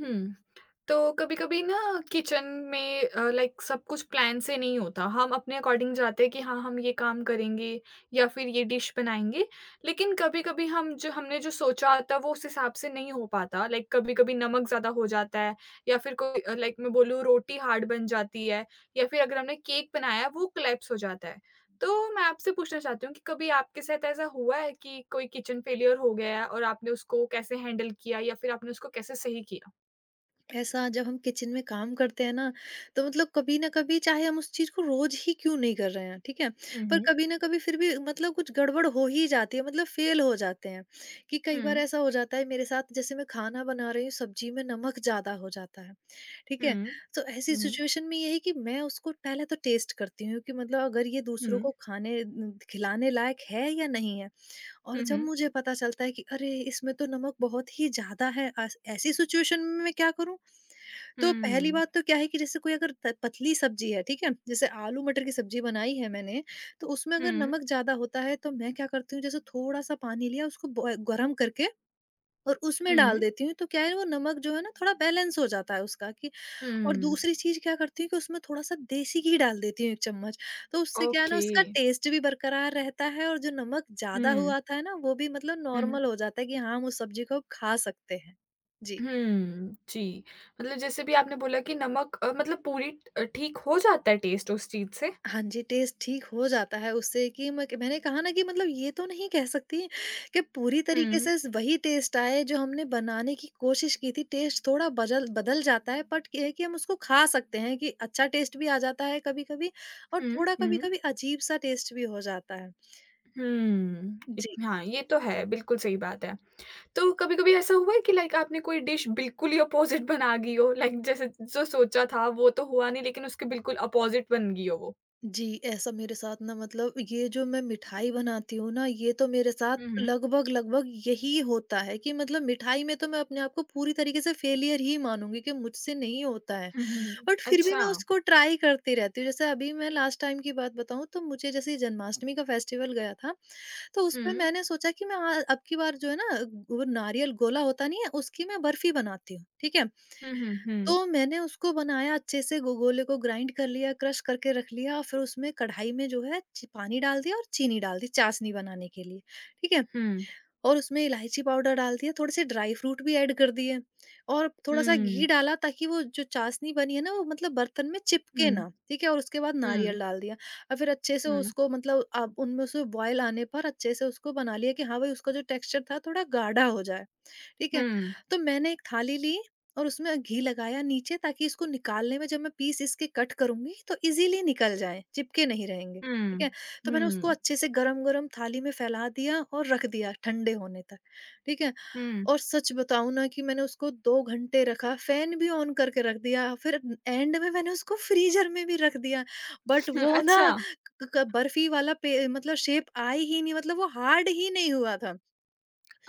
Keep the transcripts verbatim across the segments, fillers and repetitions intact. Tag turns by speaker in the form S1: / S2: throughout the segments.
S1: हुँ। तो कभी-कभी ना किचन में अ, लाइक सब कुछ प्लान से नहीं होता। हम अपने अकॉर्डिंग जाते हैं कि हाँ, हम ये काम करेंगे या फिर ये डिश बनाएँगे। लेकिन कभी-कभी हम जो हमने जो सोचा था वो उस हिसाब से नहीं हो पाता। लाइक कभी-कभी नमक ज़्यादा हो जाता है या फिर कोई अ, लाइक मैं बोलूँ रोटी हार्ड बन जाती है या फिर अगर हमने केक बनाया वो कोलैप्स हो जाता है। तो मैं आपसे पूछना चाहती हूँ कि कभी आपके साथ ऐसा हुआ है कि कोई किचन फेलियर हो गया है और आपने उसको कैसे हैंडल किया या फिर आपने उसको कैसे सही किया?
S2: ऐसा जब हम किचन में काम करते हैं ना तो मतलब कभी ना कभी चाहे हम उस चीज को रोज ही क्यों नहीं कर रहे हैं। ठीक है। पर
S1: Mhm।
S2: कभी ना कभी फिर भी मतलब कुछ गड़बड़ हो ही जाती है, मतलब फेल हो जाते हैं कि कई बार
S1: Mhm।
S2: ऐसा हो जाता है मेरे साथ जैसे मैं खाना बना रही हूँ, सब्जी में नमक ज्यादा हो जाता है। ठीक है।
S1: Mhm।
S2: तो ऐसी
S1: Mhm।
S2: सिचुएशन में यही कि मैं उसको पहले तो टेस्ट करती हूँ कि मतलब अगर ये दूसरों
S1: Mhm।
S2: को खाने न, खिलाने लायक है या नहीं है। और जब
S1: Mhm।
S2: मुझे पता चलता है कि अरे इसमें तो नमक बहुत ही ज्यादा है, आस- ऐसी सिचुएशन में मैं क्या करूँ। तो पहली
S1: Mhm।
S2: बात तो क्या है कि जैसे कोई अगर त- पतली सब्जी है, ठीक है, जैसे आलू मटर की सब्जी बनाई है मैंने, तो उसमें अगर
S1: Mhm।
S2: नमक ज्यादा होता है तो मैं क्या करती हूँ, जैसे थोड़ा सा पानी लिया उसको बॉय- गर्म करके और उसमें डाल
S1: Mhm।
S2: देती हूँ, तो क्या है वो नमक जो है ना थोड़ा बैलेंस हो जाता है उसका कि। और
S1: हुँ।
S2: दूसरी चीज क्या करती हूँ कि उसमें थोड़ा सा देसी घी डाल देती हूँ एक चम्मच, तो उससे क्या है ना
S1: ओके।
S2: उसका टेस्ट भी बरकरार रहता है और जो नमक ज्यादा
S1: हुँ,
S2: हुआ था ना वो भी मतलब
S1: हुँ,
S2: नॉर्मल हो जाता है कि हाँ, हम उस सब्जी को खा सकते हैं। जी।
S1: हुँ। जी, मतलब जैसे भी आपने बोला कि नमक अ, मतलब पूरी अ, ठीक हो जाता है टेस्ट उस चीज़ से?
S2: हाँ जी, टेस्ट ठीक हो जाता है उससे कि मैं मैंने कहा ना कि मतलब ये तो नहीं कह सकती कि पूरी तरीके
S1: हुँ,
S2: से वही टेस्ट आए जो हमने बनाने की कोशिश की थी। टेस्ट थोड़ा बदल बदल जाता है, बट ये है कि हम उसको खा सकते हैं कि अच्छा टेस्ट भी आ जाता है कभी-कभी और
S1: हुँ,
S2: थोड़ा
S1: हुँ,
S2: कभी-कभी अजीब-सा टेस्ट भी हो जाता है।
S1: हुँ। इत
S2: जी।
S1: हाँ, ये तो है, बिल्कुल सही बात है। तो कभी-कभी ऐसा हुआ है कि लाइक आपने कोई डिश बिल्कुल ही अपोज़िट बना दी हो? लाइक जैसे जो सोचा था वो तो हुआ नहीं लेकिन उसके बिल्कुल अपोज़िट बन गई हो वो?
S2: जी, ऐसा मेरे साथ ना मतलब ये जो मैं मिठाई बनाती हूँ ना, ये तो मेरे साथ
S1: हुँ, हुँ।
S2: लगभग-लगभग यही होता है कि मतलब मिठाई में तो मैं अपने आप को पूरी तरीके से फेलियर ही मानूँगी कि मुझसे नहीं होता है।
S1: हुँ, हुँ।
S2: बट फिर भी
S1: अच्छा।
S2: मैं उसको ट्राई करती रहती हूँ। जैसे अभी मैं लास्ट टाइम की बात बताऊँ तो मुझे जैसे जन्माष्टमी का फेस्टिवल गया था, तो उसपे
S1: हुँ।
S2: मैंने सोचा कि मैं अ, अब की बार जो है ना वो नारियल गोला होता नहीं है, उसकी मैं बर्फ़ी बनाती हूँ, ठीक है?
S1: हुँ, हुँ,
S2: तो
S1: हुँ।
S2: मैंने उसको बनाया, अच्छे से गो गोले को ग्राइंड कर लिया, क्रश करके रख लिया, और फिर उसमें कढ़ाई में जो है ची पानी डाल दिया और चीनी डाल दी चाशनी बनाने के लिए, ठीक है?
S1: हुँ,
S2: और उसमें इलायची पाउडर डाल दिया, थोड़े से ड्राई फ्रूट भी ऐड कर दिए और थोड़ा-सा
S1: हुँ,
S2: घी डाला ताकि वो जो चाशनी बनी है ना, वो मतलब बर्तन में चिपके
S1: हुँ,
S2: ना, ठीक है? और उसके बाद
S1: हुँ,
S2: नारियल डाल दिया और फिर अच्छे से
S1: हुँ, हुँ,
S2: उसको मतलब अब उनमें से बॉयल आने पर अच्छे से उसको बना लिया कि हाँ भाई, उसका जो टेक्सचर था, थोड़ा गाढ़ा हो जाए। ठीक है?
S1: हुँ,
S2: तो मैंने एक थाली ली और उसमें घी लगाया नीचे ताकि इसको निकालने में जब मैं पीस इसके कट करूँगी तो ईज़िली निकल जाएँ, चिपके नहीं रहेंगे,
S1: हुँ,
S2: ठीक है? तो मैंने उसको
S1: हुँ,
S2: अच्छे से गरम-गरम थाली में फैला दिया और रख दिया ठंडे होने तक, ठीक है?
S1: हुँ,
S2: और सच बताऊँ ना कि मैंने उसको दो घंटे रखा, फ़ैन भी ऑन करके रख दिया, फिर एंड में मैंने उसको फ्रीज़र में भी रख दिया, बट वो ना
S1: अच्छा,
S2: क क बर्फ़ी वाला पे मतलब शेप आई ही नहीं, मतलब वो हार्ड ही नहीं हुआ था।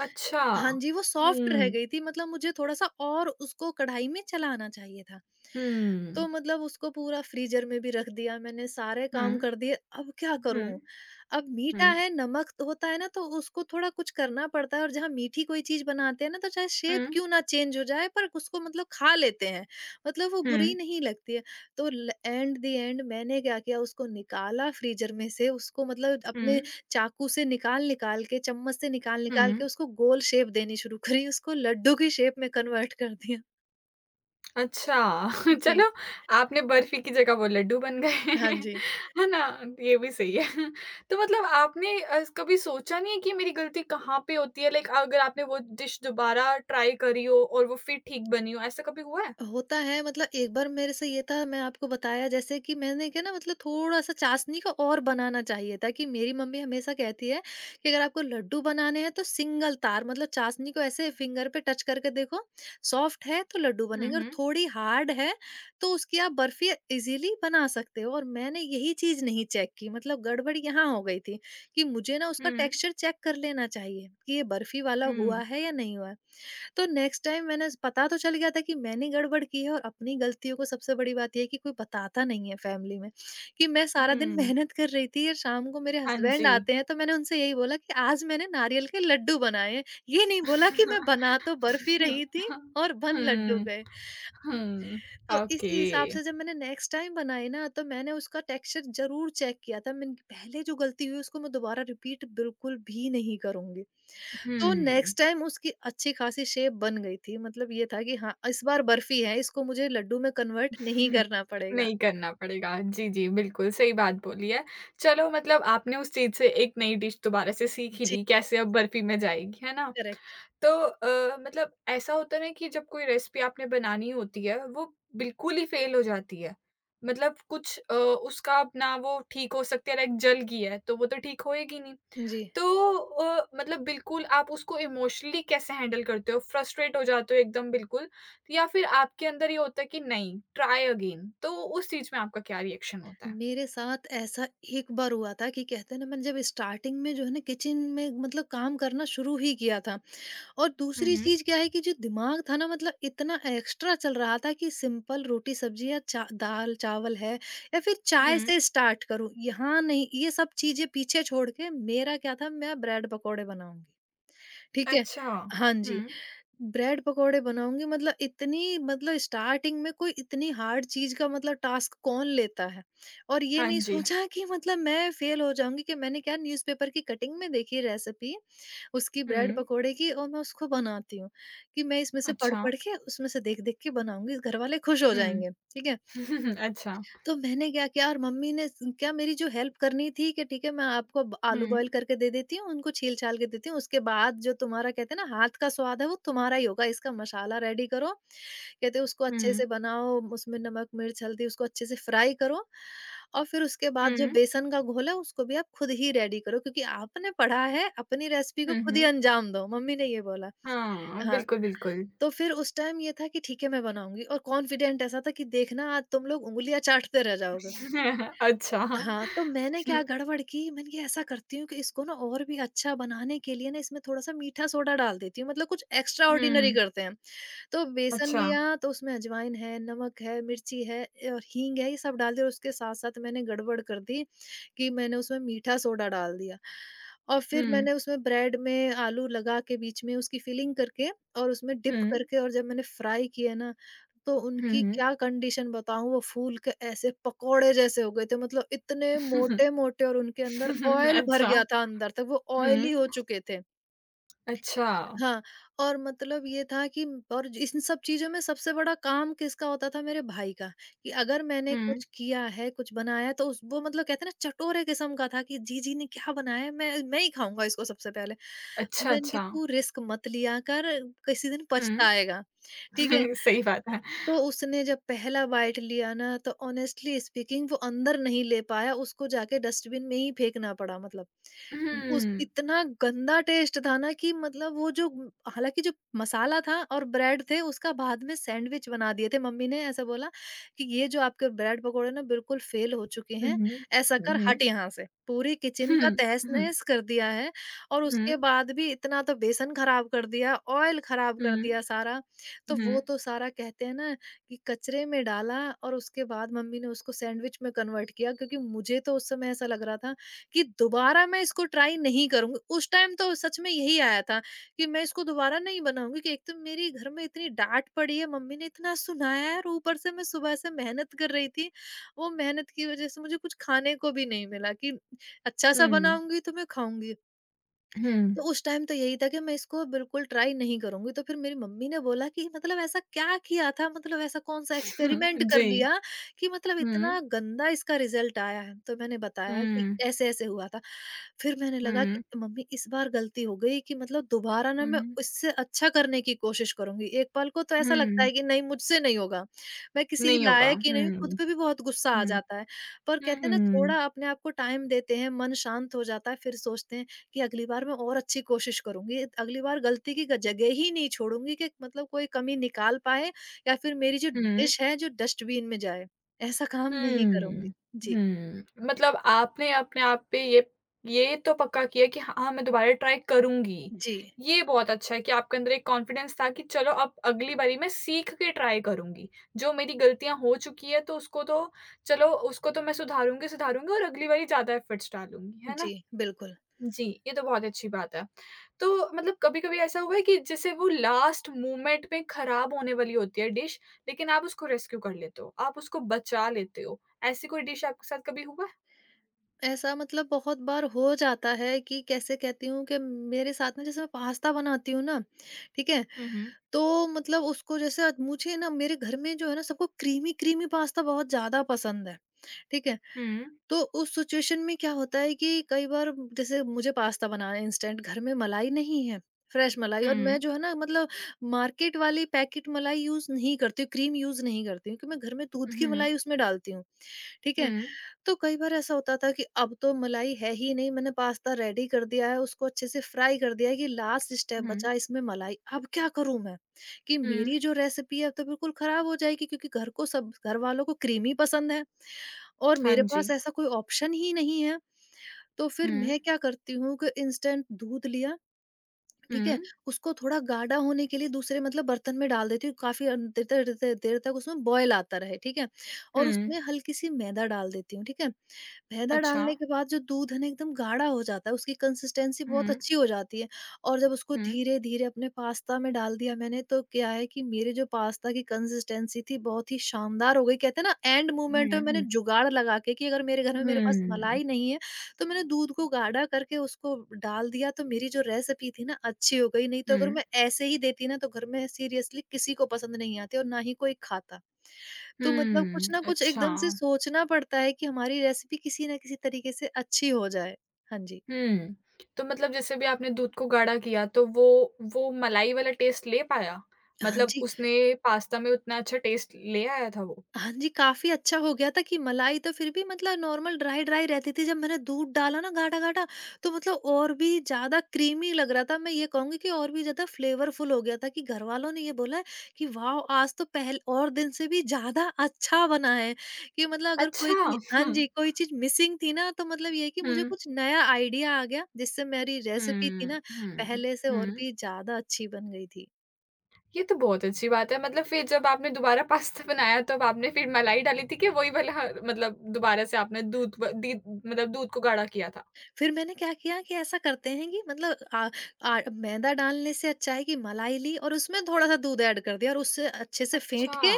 S1: अच्छा।
S2: हाँ जी, वो सॉफ्ट रह
S1: हुँ,
S2: गई थी, मतलब मुझे थोड़ा-सा और उसको कढ़ाई में चलाना चाहिए था।
S1: हुँ,
S2: तो मतलब उसको पूरा फ्रीज़र में भी रख दिया मैंने, सारे
S1: हुँ,
S2: काम कर दिए, अब क्या
S1: हुँ,
S2: करूँ?
S1: हुँ,
S2: अब मीठा
S1: हुँ,
S2: है, नमक तो होता है ना तो उसको थोड़ा कुछ करना पड़ता है, और जहाँ मीठी कोई चीज़ बनाते हैं ना तो चाहे शेप
S1: हुँ,
S2: क्यों ना चेंज हो जाए, पर उसको मतलब खा लेते हैं, मतलब वो बुरी
S1: हुँ,
S2: नहीं लगती है। तो ल एंड द एंड मैंने क्या किया, उसको निकाला फ्रीज़र में से, उसको मतलब अपने चाकू से निकाल-निकाल के, चम्मच से निकाल-निकाल के
S1: हुँ।
S2: उसको गोल शेप देनी शुरू करी, उसको लड्डू की शेप में कन्वर्ट कर दिया।
S1: अच्छा चलो
S2: जी।
S1: आपने बर्फी की जगह वो लड्डू बन गए
S2: हाँ
S1: हैं,
S2: जी।
S1: है ना? ये भी सही है। तो मतलब आपने अ, कभी सोचा नहीं है कि मेरी गलती कहाँ पे होती है? लाइक अगर आपने वो डिश दोबारा ट्राई करी हो और वो फिर ठीक बनी हो, ऐसा कभी हुआ है?
S2: होता है मतलब एक बार मेरे से ये था, मैं आपको बताया जैसे कि मैंने क्या ना मतलब थोड़ा-सा चाशनी का और बनाना चाहिए था कि मेरी मम्मी हमेशा कहती है कि अगर आपको लड्डू बनाने हैं तो सिंगल तार मतलब चाशनी को ऐसे फिंगर पे टच करके देखो, सॉफ्ट है तो लड्डू
S1: हुँ,
S2: बनेंगे और
S1: हुँ।
S2: थोड़ी हार्ड है तो उसकी आप बर्फी ईज़िली बना सकते हो। और मैंने यही चीज़ नहीं चेक की, मतलब गड़बड़ यहाँ हो गई थी कि मुझे ना उसका
S1: हुँ,
S2: टेक्सचर चेक कर लेना चाहिए कि ये बर्फी वाला
S1: हुँ,
S2: हुआ है या नहीं हुआ है। तो नेक्स्ट टाइम मैंने पता तो चल गया था कि मैंने गड़बड़ की है, और अपनी गलतियों को सबसे बड़ी बात ये है कि कोई बताता नहीं है फैमिली में कि मैं सारा दिन
S1: हुँ।
S2: मेहनत कर रही थी और शाम को मेरे
S1: हाँ जी।
S2: हस्बैंड आते हैं तो मैंने उनसे यही बोला कि आज मैंने नारियल के लड्डू बनाए हैं, ये नहीं बोला कि मैं बना तो
S1: हुँ,
S2: बर्फी रही थी
S1: हाँ।
S2: और बन लड्डू
S1: हुँ,
S2: गए।
S1: हुँ।
S2: तो
S1: ओके।
S2: इसी हिसाब से जब मैंने नेक्स्ट टाइम बनाए ना तो मैंने उसका टेक्सचर जरूर चेक किया था। मैंने पहले जो गलती हुई उसको मैं दोबारा रिपीट बिल्कुल भी नहीं करूंगी। तो
S1: हुँ।
S2: नेक्स्ट टाइम उसकी अच्छी खासी शेप बन गई थी। मतलब ये था कि हाँ, इस बार बर्फ़ी है, इसको मुझे लड्डू में कन्वर्ट नहीं
S1: हम्म,
S2: करना पड़ेगा।
S1: नहीं करना पड़ेगा। हाँ जी, जी, बिल्कुल सही बात बोली है। चलो मतलब आपने उस चीज़ से एक नई डिश दोबारा से सीख ही
S2: जी,
S1: ली, कैसे अब बर्फी में जाएगी, है ना?
S2: करेक्ट।
S1: तो अ, मतलब ऐसा होता है ना कि जब कोई रेसिपी आपने बनानी होती है, वो बिल्कुल ही फेल हो जाती है। मतलब कुछ अ, उसका अपना वो ठीक हो सकती है लाइक जल गई है, तो वो तो ठीक होएगी नहीं।
S2: जी।
S1: तो अ, मतलब बिल्कुल आप उसको इमोशनली कैसे हैंडल करते हो? फ्रस्ट्रेट हो जाते हो एकदम बिल्कुल या फिर आपके अंदर ये होता है कि नहीं ट्राई अगेन? तो उस चीज़ में आपका क्या रिएक्शन होता है?
S2: मेरे साथ ऐसा एक बार हुआ था कि कहते हैं ना, मैंने जब स्टार्टिंग में जो है ना किचन में मतलब काम करना शुरू ही किया था, और
S1: हुँ,
S2: दूसरी
S1: हुँ।
S2: चीज़ क्या है कि जो दिमाग था ना मतलब इतना एक्स्ट्रा चल रहा था कि सिंपल रोटी सब्ज़ी या चा दाल-चावल है या फिर
S1: हुँ।
S2: चाय से स्टार्ट करूँ। यहाँ नहीं, ये सब चीज़ें पीछे छोड़ के मेरा क्या था, मैं ब्रेड पकौड़े बनाऊँगी। ठीक है?
S1: अच्छा।
S2: हाँ
S1: हुँ।
S2: जी, ब्रेड-पकौड़े बनाऊँगी, मतलब इतनी मतलब स्टार्टिंग में कोई इतनी हार्ड चीज़ का मतलब टास्क कौन लेता है? और ये
S1: हाँ
S2: नहीं
S1: जी।
S2: सोचा कि मतलब मैं फेल हो जाऊँगी कि मैंने क्या, न्यूज़पेपर की कटिंग में देखी रेसिपी उसकी
S1: हुँ।
S2: ब्रेड-पकौड़े की और मैं उसको बनाती हूँ, कि मैं इसमें से
S1: अच्छा।
S2: पढ़-पढ़ के उसमें से देख-देख के बनाऊँगी, घरवाले खुश हो
S1: हुँ।
S2: जाएँगे, ठीक है?
S1: अच्छा।
S2: तो मैंने क्या किया, और मम्मी ने स क्या मेरी जो हेल्प करनी थी कि ठीक है मैं आपको ब
S1: हुँ,
S2: आलू बॉयल करके दे देती हूँ, उनको छील-छाल के देती हूँ, उसके बाद जो तुम्हारा कहते हैं ना हाथ का स्वाद है वो तुम्हारा ही होगा, इसका मसाला रेडी करो। कहते उसको अच्छे से
S1: हुँ,
S2: बनाओ, उसमें नमक, मिर्च, हल्दी उसको अच्छे से फ्राई करो और फिर उसके बाद जो
S1: हुँ,
S2: बेसन का घोल है उसको भी आप खुद ही रेडी करो क्योंकि आपने पढ़ा है, अपनी रेसिपी को
S1: हुँ,
S2: खुद ही
S1: हुँ।
S2: अंजाम दो, मम्मी ने ये बोला।
S1: हाँ,
S2: हाँ,
S1: बिल्कुल, बिल्कुल।
S2: तो फिर उस टाइम ये था कि ठीक है, मैं बनाऊँगी और कॉन्फिडेंट ऐसा था कि देखना आज तुम लोग उँगलियाँ चाटते रह जाओगे।
S1: अच्छा।
S2: हाँ, तो मैंने क्या
S1: हुँ,
S2: गड़बड़ की, मैंने कहा ऐसा करती हूँ कि इसको ना और भी अच्छा बनाने के लिए ना इसमें थोड़ा-सा मीठा सोडा डाल देती हूँ, मतलब कुछ एक्स्ट्राऑर्डिनरी
S1: हुँ,
S2: करते हैं। तो बेसन
S1: अच्छा।
S2: लिया, तो उसमें अजवाइन है, नमक है, मिर्ची है और हींग है, ये सब डाल दिया, और उसके साथ-साथ मैंने गड़बड़ कर दी कि मैंने उसमें मीठा सोडा डाल दिया। और फिर
S1: हुँ,
S2: मैंने उसमें ब्रेड में आलू लगा के बीच में उसकी फिलिंग करके और उसमें डिप
S1: हुँ,
S2: करके, और जब मैंने फ्राई किए ना, तो
S1: हुँ,
S2: उनकी
S1: हुँ।
S2: क्या कंडीशन बताऊँ, वो फूल के ऐसे पकोड़े जैसे हो गए थे। मतलब इतने मोटे-मोटे, और उनके अंदर ऑयल भर
S1: अच्छा।
S2: गया था अंदर तक, वो
S1: हुँ।
S2: ऑयली हो चुके थे।
S1: अच्छा।
S2: हाँ, और मतलब ये था कि म- और ज- इन सब चीज़ों में सबसे बड़ा काम किसका होता था, मेरे भाई का, कि अगर मैंने
S1: हुँ।
S2: कुछ किया है, कुछ बनाया तो उस वो मतलब कहते हैं ना चटोरे किस्म का था कि जीजी ने क्या बनाया है, मैं मैं ही खाऊँगा इसको सबसे पहले।
S1: अच्छा,
S2: मैंने कि
S1: अच्छा।
S2: तू रिस्क मत लिया कर, किसी दिन
S1: हुँ।
S2: पछताएगा, ठीक है?
S1: सही बात है।
S2: तो उसने जब पहला बाइट लिया ना तो ऑनेस्टली स्पीकिंग वो अंदर नहीं ले पाया, उसको जाके डस्टबिन में ही फेंकना पड़ा मतलब। उस
S1: हुँ।
S2: इतना गंदा टेस्ट था ना कि मतलब वो जो हालाँकि जो मसाला था और ब्रेड थे उसका बाद में सैंडविच बना दिए थे। मम्मी ने ऐसा बोला कि ये जो आपके ब्रेड पकोड़े ना बिल्कुल फ़ेल हो चुके
S1: हुँ,
S2: हैं,
S1: हुँ।
S2: ऐसा
S1: हुँ,
S2: कर हट
S1: हुँ।
S2: यहाँ से। पूरी किचन का
S1: हुँ, हुँ,
S2: तहस-नहस कर दिया है और
S1: हुँ,
S2: उसके बाद भी इतना तो बेसन खराब कर दिया, ऑयल खराब कर
S1: हुँ,
S2: दिया सारा। तो
S1: हुँ,
S2: वो तो सारा कहते हैं ना कि कचरे में डाला और उसके बाद मम्मी ने उसको सैंडविच में कन्वर्ट किया, क्योंकि मुझे तो उस समय ऐसा लग रहा था कि दोबारा मैं इसको ट्राई नहीं करूंगी। उस टाइम तो सच में यही आया था कि मैं इसको दोबारा नहीं बनाऊंगी, कि एक तो मेरे घर में इतनी डांट पड़ी है, मम्मी ने इतना सुनाया है, और ऊपर से मैं सुबह से मेहनत कर रही थी। वो मेहनत की वजह से मुझे कुछ खाने को भी नहीं मिला कि अच्छा सा
S1: हुँ,
S2: बनाऊंगी तो मैं खाऊंगी।
S1: हुँ।
S2: तो उस टाइम तो यही था कि मैं इसको बिल्कुल ट्राई नहीं करूँगी, तो फिर मेरी मम्मी ने बोला कि मतलब ऐसा क्या किया था? मतलब ऐसा कौन-सा एक्सपेरिमेंट कर
S1: जी।
S2: लिया कि मतलब इतना
S1: हुँ,
S2: गंदा इसका रिज़ल्ट आया है? तो मैंने बताया कि
S1: हुँ,
S2: ऐसे-ऐसे हुआ था। फिर मैंने लगा कि
S1: हुँ,
S2: मम्मी इस बार गलती हो गई, कि मतलब दोबारा ना मैं
S1: हुँ,
S2: उससे अच्छा करने की कोशिश करूँगी। एक पल को तो ऐसा लगता
S1: हुँ।
S2: है कि नहीं, मुझसे नहीं होगा, मैं किसी
S1: नहीं होगा।
S2: लायक ही नहीं हूँ,
S1: हुँ,
S2: खुद
S1: हुँ।
S2: पे भी बहुत गुस्सा आ जाता है। पर
S1: हुँ,
S2: कहते हैं ना,
S1: हुँ,
S2: थोड़ा अपने आप को टाइम देते हैं, मन शांत हो जाता है, फिर सोचते हैं कि अगली बार मैं और अच्छी कोशिश करूँगी। अगली बार गलती की ग जगह ही नहीं छोड़ूँगी कि मतलब कोई कमी निकाल पाए या फिर मेरी जो
S1: हुँ।
S2: डिश है जो डस्टबिन में जाए। ऐसा काम नहीं करूँगी।
S1: हुँ।
S2: जी,
S1: हुँ, मतलब आपने अपने आप पे ये ये तो पक्का किया कि हाँ, मैं दोबारा ट्राई करूँगी।
S2: जी,
S1: ये बहुत अच्छा है कि आपके अंदर एक कॉन्फिडेंस था कि चलो अब अगली बारी मैं सीख के ट्राई करूँगी। जो मेरी गलतियाँ हो चुकी है तो उसको तो चलो उसको तो मैं सुधारूँगी, सुधारूँगी और अगली बारी ज़्यादा एफर्ट्स डालूँगी, है ना?
S2: जी, बिल्कुल।
S1: जी, ये तो बहुत अच्छी बात है। तो मतलब कभी-कभी ऐसा हुआ है कि जैसे वो लास्ट मोमेंट में खराब होने वाली होती है डिश, लेकिन आप उसको रेस्क्यू कर लेते हो, आप उसको बचा लेते हो। ऐसी कोई डिश आपके साथ कभी हुआ है?
S2: ऐसा मतलब बहुत बार हो जाता है कि कैसे कहती हूँ कि मेरे साथ ना, जैसे मैं पास्ता बनाती हूँ ना, ठीक है?
S1: हुँ, हुँ।
S2: तो मतलब उसको, जैसे मुझे ना मेरे घर में जो है ना, सबको क्रीमी-क्रीमी पास्ता बहुत ज़्यादा पसंद है, ठीक है?
S1: हुँ,
S2: तो उस सिचुएशन में क्या होता है कि कई बार, जैसे मुझे पास्ता बनाना है इंस्टेंट, घर में मलाई नहीं है, फ्रेश मलाई, और
S1: हुँ,
S2: मैं जो है ना मतलब मार्केट वाली पैकेट मलाई यूज़ नहीं करती हूँ, क्रीम यूज़ नहीं करती हूँ, क्योंकि मैं घर में दूध की
S1: हुँ,
S2: मलाई उसमें डालती हूँ, ठीक है?
S1: हुँ,
S2: तो कई बार ऐसा होता था कि अब तो मलाई है ही नहीं, मैंने पास्ता रेडी कर दिया है, उसको अच्छे से फ्राई कर दिया है, कि लास्ट स्टेप
S1: हुँ,
S2: बचा है, इसमें मलाई। अब क्या करूँ मैं? कि
S1: हुँ।
S2: मेरी जो रेसिपी है, अब तो बिल्कुल ख़राब हो जाएगी, क्योंकि घर को, सब घरवालों को क्रीमी पसंद है और
S1: हाँ
S2: मेरे पास
S1: जी।
S2: ऐसा कोई ऑप्शन ही नहीं है। तो फिर
S1: हुँ,
S2: मैं क्या करती हूँ कि इंस्टेंट दूध लिया, ठीक
S1: हुँ,
S2: है, उसको थोड़ा गाढ़ा होने के लिए दूसरे मतलब बर्तन में डाल देती हूँ, काफ़ी अ, देर तक देर तक देर तक उसमें बॉयल आता रहे, ठीक है? और
S1: हुँ।
S2: उसमें हल्की-सी मैदा डाल देती हूँ, ठीक है? मैदा
S1: अच्छा।
S2: डालने के बाद जो दूध है ना एकदम गाढ़ा हो जाता है, उसकी कंसिस्टेंसी बहुत
S1: हुँ,
S2: अच्छी हो जाती है। और जब उसको
S1: हुँ,
S2: धीरे-धीरे अपने पास्ता में डाल दिया मैंने, तो क्या है कि मेरे जो पास्ता की कंसिस्टेंसी थी, बहुत ही शानदार हो गई। कहते हैं ना, एंड मूवमेंट
S1: हुँ,
S2: में मैंने
S1: हुँ।
S2: जुगाड़ लगा के कि अगर मेरे घर में, मेरे पास
S1: हुँ,
S2: मलाई नहीं है, तो मैंने दूध को गाढ़ा करके उसको डाल दिया, तो मेरी जो रेसिपी थी ना अच्छी हो गई, नहीं तो अगर
S1: हुँ,
S2: मैं ऐसे ही देती ना तो घर में सीरियसली किसी को पसंद नहीं आती और ना ही कोई खाता। तो मतलब कुछ
S1: हुँ।
S2: ना कुछ
S1: अच्छा।
S2: एकदम से सोचना पड़ता है कि हमारी रेसिपी किसी न किसी तरीके से अच्छी हो जाए। हाँ जी।
S1: हुँ। तो मतलब जैसे भी आपने दूध को गाढ़ा किया तो वो वो मलाई वाला टेस्ट ले पाया?
S2: हाँ
S1: मतलब
S2: जी।
S1: उसने पास्ता में उतना अच्छा टेस्ट ले आया था वो?
S2: हाँ जी, काफ़ी अच्छा हो गया था कि मलाई तो फिर भी मतलब नॉर्मल ड्राई-ड्राई रहती थी, जब मैंने दूध डाला ना गाढ़ा-गाढ़ा, तो मतलब और भी ज़्यादा क्रीमी लग रहा था। मैं ये कहूँगी कि और भी ज़्यादा फ्लेवरफुल हो गया था, कि घरवालों ने ये बोला है कि वाओ! आज तो पहल और दिन से भी ज़्यादा अच्छा बना है, कि मतलब अगर
S1: अच्छा!
S2: कोई चीज़, हाँ
S1: हुँ,
S2: जी, कोई चीज़ मिसिंग थी ना, तो मतलब ये है कि मुझे
S1: हुँ,
S2: कुछ नया आइडिया आ गया, जिससे मेरी रेसिपी थी
S1: हुँ,
S2: ना,
S1: हुँ,
S2: पहले से और
S1: हुँ।
S2: भी ज़्यादा अच्छी बन गई थी।
S1: ये तो बहुत अच्छी बात है मतलब फिर जब आपने दोबारा पास्ता बनाया तब आपने फिर मलाई डाली थी कि वही वाला ह मतलब दोबारा से आपने दूध व दी मतलब दूध को गाढ़ा किया था?
S2: फिर मैंने क्या किया कि ऐसा करते हैं कि मतलब आ, आ, मैदा डालने से अच्छा है कि मलाई ली और उसमें थोड़ा सा दूध ऐड कर दिया और उससे अच्छे से फेंट
S1: अच्छा।
S2: के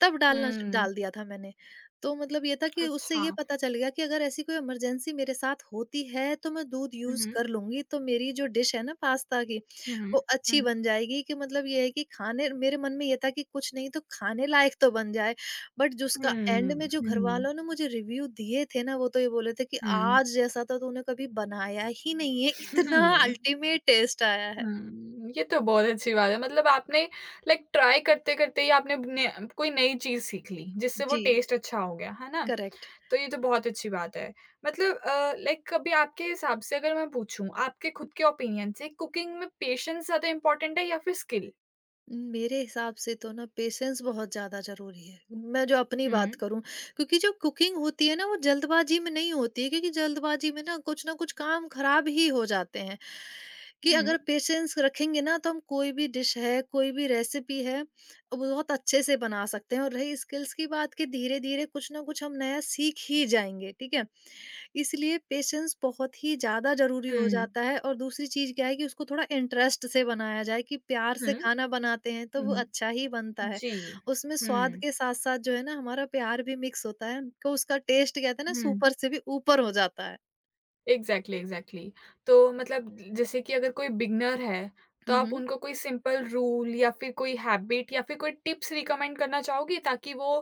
S2: तब डालना श
S1: हुँ,
S2: डाल दिया था मैंने। तो मतलब ये था कि उससे
S1: अच्छा।
S2: ये पता चल गया कि अगर ऐसी कोई इमरजेंसी मेरे साथ होती है, तो मैं दूध
S1: हुँ,
S2: यूज़
S1: हुँ।
S2: कर लूँगी, तो मेरी जो डिश है ना पास्ता की,
S1: हुँ,
S2: वो
S1: हुँ।
S2: अच्छी
S1: हुँ,
S2: बन जाएगी, कि मतलब ये है कि खाने, मेरे मन में ये था कि कुछ नहीं तो खाने लायक तो बन जाए। बट जिसका
S1: हुँ।
S2: एंड में जो
S1: हुँ, हुँ।
S2: घरवालों ने मुझे रिव्यू दिए थे ना, वो तो ये बोले थे कि, "आज जैसा तो तूने कभी बनाया ही नहीं है, इतना
S1: हुँ।
S2: अल्टीमेट टेस्ट आया है।"
S1: हुँ, ये तो बहुत अच्छी बात है। मतलब आपने लाइक ट्राई करते-करते ही आपने ने कोई नई चीज़ सीख ली, जिससे वो
S2: जी,
S1: टेस्ट अच्छा हो गया, है ना?
S2: करेक्ट।
S1: तो ये तो बहुत अच्छी बात है। मतलब अ, लाइक कभी आपके हिसाब से अगर मैं पूछूँ, आपके खुद के ओपिनियन से कुकिंग में पेशेंस ज़्यादा इम्पोर्टेंट है या फिर स्किल?
S2: मेरे हिसाब से तो ना पेशेंस बहुत ज़्यादा ज़रूरी है। मैं जो अपनी बात
S1: हुँ,
S2: करूँ, क्योंकि जो कुकिंग होती है ना वो जल्दबाज़ी में नहीं होती है, क्योंकि जल्दबाज़ी में ना कुछ न कुछ काम ख़राब ही हो जाते हैं। कि
S1: हुँ,
S2: अगर पेशेंस रखेंगे ना तो हम, कोई भी डिश है, कोई भी रेसिपी है, वो बहुत अच्छे से बना सकते हैं, और रही स्किल्स की बात, कि धीरे-धीरे कुछ न कुछ हम नया सीख ही जाएँगे, ठीक है? इसलिए पेशेंस बहुत ही ज़्यादा ज़रूरी हो
S1: हुँ,
S2: जाता है, और दूसरी चीज़ क्या है कि उसको थोड़ा इंटरेस्ट से बनाया जाए, कि प्यार
S1: हुँ,
S2: से खाना बनाते हैं तो
S1: हुँ,
S2: वो
S1: हुँ,
S2: अच्छा ही बनता है।
S1: जी।
S2: उसमें स्वाद
S1: हुँ,
S2: के साथ-साथ जो है ना, हमारा प्यार भी मिक्स होता है, तो उसका टेस्ट कहते हैं ना
S1: हुँ।
S2: सुपर से भी ऊपर हो जाता है।
S1: Exactly, exactly. तो मतलब जैसे कि अगर कोई बिगिनर है, तो
S2: हुँ,
S1: आप
S2: हुँ।
S1: उनको कोई सिंपल रूल या फिर कोई हैबिट या फिर कोई टिप्स रिकमेंड करना चाहोगे ताकि वो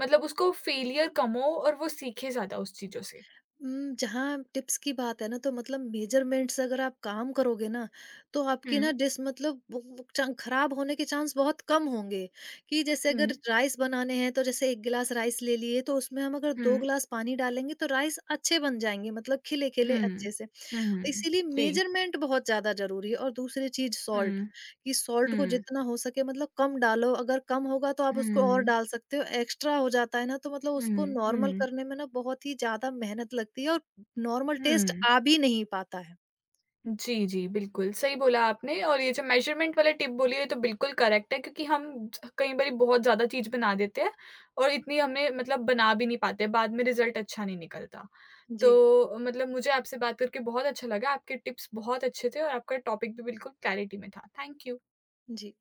S1: मतलब उसको फेलियर कम हो और वो सीखे ज़्यादा उस चीज़ों से?
S2: उम, जहाँ टिप्स की बात है ना, तो मतलब मेजरमेंट्स अगर आप काम करोगे ना, तो
S1: हुँ,
S2: आपकी ना डिश, मतलब वो- वो चा- खराब होने के चांस बहुत कम होंगे। कि जैसे
S1: हुँ,
S2: अगर राइस बनाने हैं, तो जैसे एक गिलास राइस ले लिए तो उसमें हम अगर दो
S1: हुँ,
S2: गिलास पानी डालेंगे तो राइस अच्छे बन जाएंगे, मतलब खिले खिले अच्छे
S1: हुँ।
S2: से।
S1: हुँ, हुँ।
S2: इसीलिए
S1: जी।
S2: मेजरमेंट बहुत ज्यादा जरूरी है, और दूसरी चीज सॉल्ट,
S1: हुँ,
S2: कि सॉल्ट को
S1: हुँ,
S2: जितना हो सके मतलब कम डालो। अगर कम होगा तो आप उसको और
S1: हुँ,
S2: डाल सकते हो, एक्स्ट्रा हो जाता है ना, तो मतलब
S1: हुँ,
S2: उसको नॉर्मल
S1: हुँ,
S2: करने में ना बहुत ही ज्यादा मेहनत लगती है, और नॉर्मल टेस्ट
S1: हुँ।
S2: आ भी नहीं पाता है।
S1: जी, जी, बिल्कुल, सही बोला आपने और ये जो मेज़रमेंट वाला टिप बोली है ये तो बिल्कुल करेक्ट है क्योंकि हम ज कई बारी बहुत ज़्यादा चीज़ बना देते हैं और इतनी हमें मतलब बना भी नहीं पाते, बाद में रिज़ल्ट अच्छा नहीं निकलता।
S2: जी,
S1: तो मतलब मुझे आपसे बात करके बहुत अच्छा लगा, आपके टिप्स बहुत अच्छे थे और आपका टॉपिक भी बिल्कुल क्लैरिटी में था। Thank you.
S2: जी।